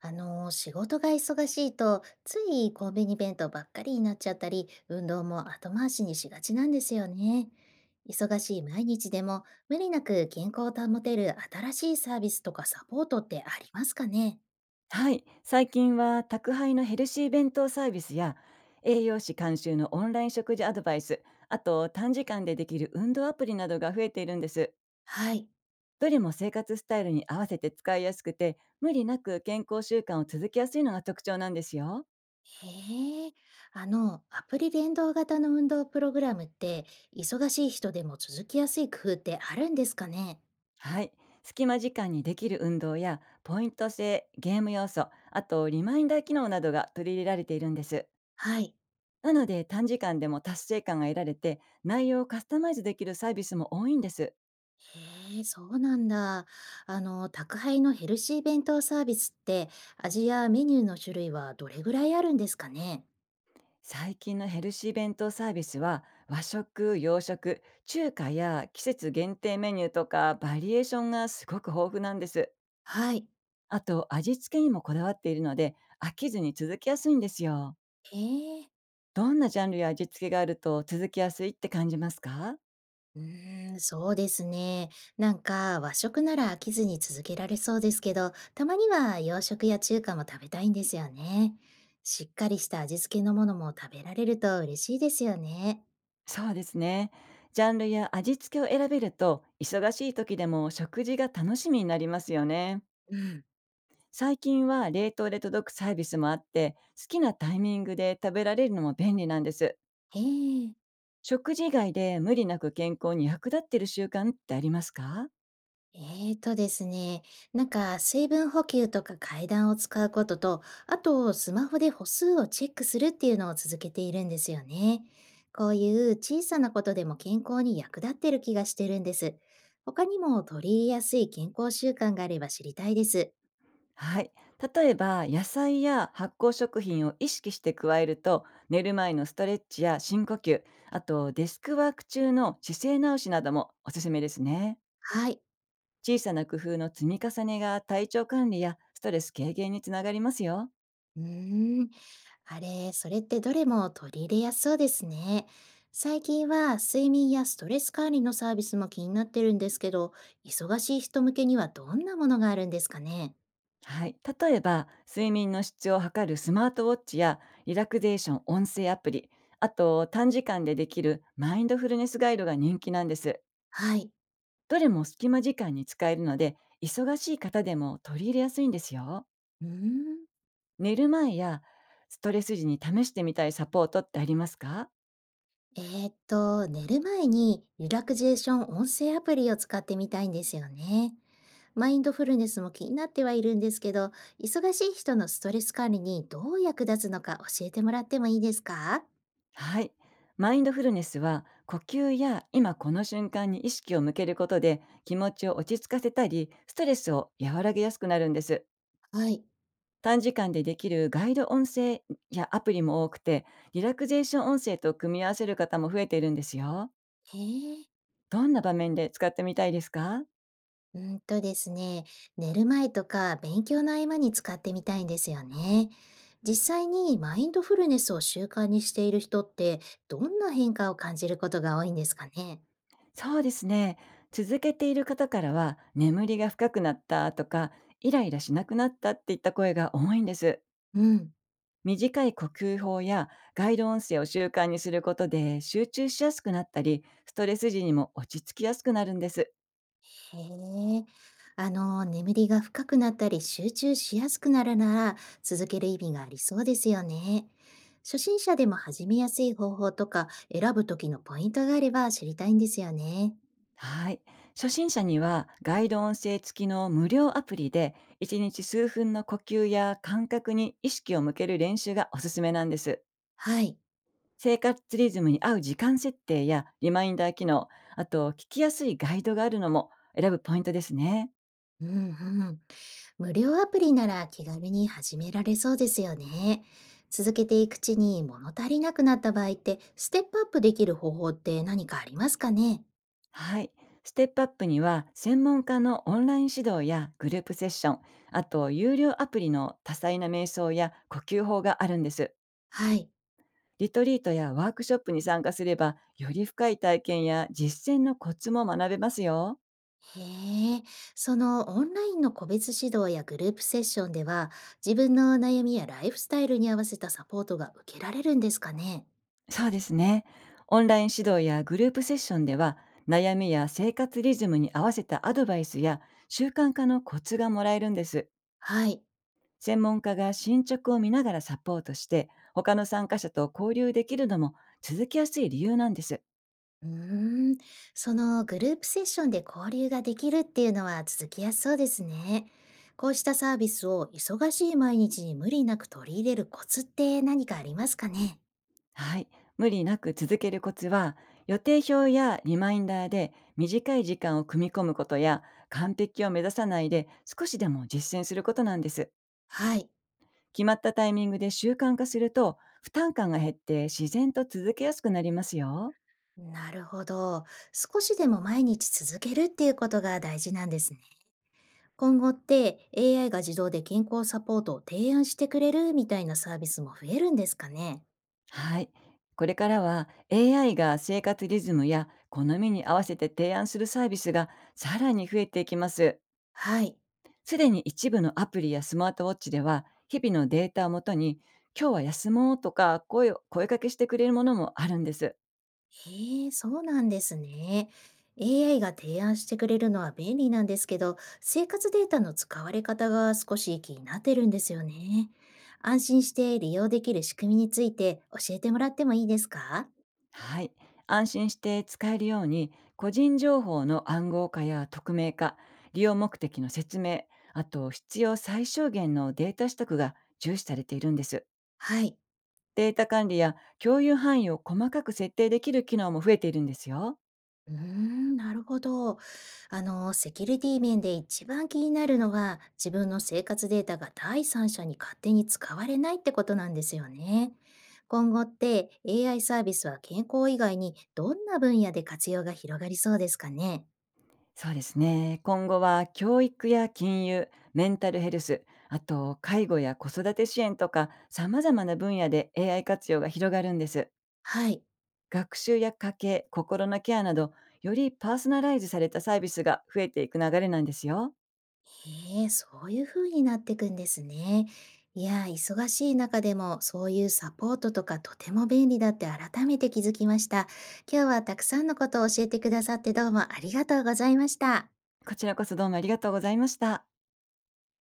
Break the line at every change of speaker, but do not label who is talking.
仕事が忙しいと、ついコンビニ弁当ばっかりになっちゃったり、運動も後回しにしがちなんですよね。忙しい毎日でも、無理なく健康を保てる新しいサービスとかサポートってありますかね？
はい、最近は宅配のヘルシー弁当サービスや栄養士監修のオンライン食事アドバイス、あと短時間でできる運動アプリなどが増えているんです。
はい。
どれも生活スタイルに合わせて使いやすくて、無理なく健康習慣を続けやすいのが特徴なんですよ。
へえ、あの、アプリ連動型の運動プログラムって、忙しい人でも続きやすい工夫ってあるんですかね？
はい、隙間時間にできる運動やポイント制、ゲーム要素、あとリマインダー機能などが取り入れられているんです。
はい。
なので短時間でも達成感が得られて、内容をカスタマイズできるサービスも多いんです。
へえ、そうなんだ。あの、宅配のヘルシー弁当サービスって、味やメニューの種類はどれぐらいあるんですかね？
最近のヘルシー弁当サービスは和食、洋食、中華や季節限定メニューとかバリエーションがすごく豊富なんです。
はい。
あと味付けにもこだわっているので飽きずに続きやすいんですよ。
へえ、
どんなジャンルや味付けがあると続きやすいって感じますか？
うーん、そうですね。なんか和食なら飽きずに続けられそうですけど、たまには洋食や中華も食べたいんですよね。しっかりした味付けのものも食べられると嬉しいですよね。
そうですね。ジャンルや味付けを選べると忙しい時でも食事が楽しみになりますよね。
うん。
最近は冷凍で届くサービスもあって好きなタイミングで食べられるのも便利なんです。
へえ。
食事以外で無理なく健康に役立っている習慣ってありますか？
えーとですね、なんか水分補給とか階段を使うことと、あとスマホで歩数をチェックするっていうのを続けているんですよね。こういう小さなことでも健康に役立ってる気がしてるんです。他にも取り入れやすい健康習慣があれば知りたいです。
はい。例えば、野菜や発酵食品を意識して加えると、寝る前のストレッチや深呼吸、あとデスクワーク中の姿勢直しなどもおすすめですね。
はい。
小さな工夫の積み重ねが体調管理やストレス軽減につながりますよ。
うーん、あれ、それってどれも取り入れやすそうですね。最近は睡眠やストレス管理のサービスも気になってるんですけど、忙しい人向けにはどんなものがあるんですかね。
はい、例えば睡眠の質を測るスマートウォッチやリラクゼーション音声アプリ、あと短時間でできるマインドフルネスガイドが人気なんです。
はい。
どれも隙間時間に使えるので、忙しい方でも取り入れやすいんですよ。
うーん。
寝る前やストレス時に試してみたいサポートってありますか？
寝る前にリラクゼーション音声アプリを使ってみたいんですよね。マインドフルネスも気になってはいるんですけど、忙しい人のストレス管理にどう役立つのか教えてもらってもいいですか？
はい、マインドフルネスは呼吸や今この瞬間に意識を向けることで、気持ちを落ち着かせたりストレスを和らげやすくなるんです。
はい。
短時間でできるガイド音声やアプリも多くて、リラクゼーション音声と組み合わせる方も増えているんですよ。
へえ。
どんな場面で使ってみたいですか？
うんとですね、寝る前とか勉強の合間に使ってみたいんですよね。実際にマインドフルネスを習慣にしている人ってどんな変化を感じることが多いんですかね？
そうですね。続けている方からは、眠りが深くなったとか、イライラしなくなったっていった声が多いんです。
うん。
短い呼吸法やガイド音声を習慣にすることで集中しやすくなったり、ストレス時にも落ち着きやすくなるんです。
へえ。あの、眠りが深くなったり集中しやすくなるなら続ける意味がありそうですよね。初心者でも始めやすい方法とか選ぶ時のポイントがあれば知りたいんですよね。
はい。初心者にはガイド音声付きの無料アプリで1日数分の呼吸や感覚に意識を向ける練習がおすすめなんです。
はい。
生活リズムに合う時間設定やリマインダー機能、あと聞きやすいガイドがあるのも選ぶポイントですね。
うんうん。無料アプリなら気軽に始められそうですよね。続けていくうちに物足りなくなった場合って、ステップアップできる方法って何かありますかね？
はい。ステップアップには専門家のオンライン指導やグループセッション、あと有料アプリの多彩な瞑想や呼吸法があるんです。
はい。
リトリートやワークショップに参加すれば、より深い体験や実践のコツも学べますよ。
へえ、そのオンラインの個別指導やグループセッションでは、自分の悩みやライフスタイルに合わせたサポートが受けられるんですかね？
そうですね。オンライン指導やグループセッションでは、悩みや生活リズムに合わせたアドバイスや習慣化のコツがもらえるんです。
はい。
専門家が進捗を見ながらサポートして、他の参加者と交流できるのも続きやすい理由なんです。
うーん、そのグループセッションで交流ができるっていうのは続きやすそうですね。こうしたサービスを忙しい毎日に無理なく取り入れるコツって何かありますかね？
はい。無理なく続けるコツは、予定表やリマインダーで短い時間を組み込むことや、完璧を目指さないで少しでも実践することなんです。
はい。
決まったタイミングで習慣化すると、負担感が減って自然と続けやすくなりますよ。
なるほど。少しでも毎日続けるっていうことが大事なんですね。今後って AI が自動で健康サポートを提案してくれるみたいなサービスも増えるんですかね？
はい。これからは AI が生活リズムや好みに合わせて提案するサービスが、さらに増えていきます。
はい。
すでに一部のアプリやスマートウォッチでは、日々のデータをもとに、今日は休もうとか声を声かけしてくれるものもあるんです。
へえ、そうなんですね。AI が提案してくれるのは便利なんですけど、生活データの使われ方が少し気になってるんですよね。安心して利用できる仕組みについて教えてもらってもいいですか？
はい。安心して使えるように、個人情報の暗号化や匿名化、利用目的の説明、あと必要最小限のデータ取得が重視されているんです。
はい。
データ管理や共有範囲を細かく設定できる機能も増えているんですよ。
うーん、なるほど。あの、セキュリティ面で一番気になるのは、自分の生活データが第三者に勝手に使われないってことなんですよね。今後って AI サービスは健康以外にどんな分野で活用が広がりそうですかね。
そうですね。今後は教育や金融、メンタルヘルス、あと介護や子育て支援とか様々な分野で AI 活用が広がるんです。
はい。
学習や家計、心のケアなど、よりパーソナライズされたサービスが増えていく流れなんですよ。
へえ、そういう風になっていくんですね。いや、忙しい中でもそういうサポートとかとても便利だって改めて気づきました。今日はたくさんのことを教えてくださってどうもありがとうございました。
こちらこそどうもありがとうございました。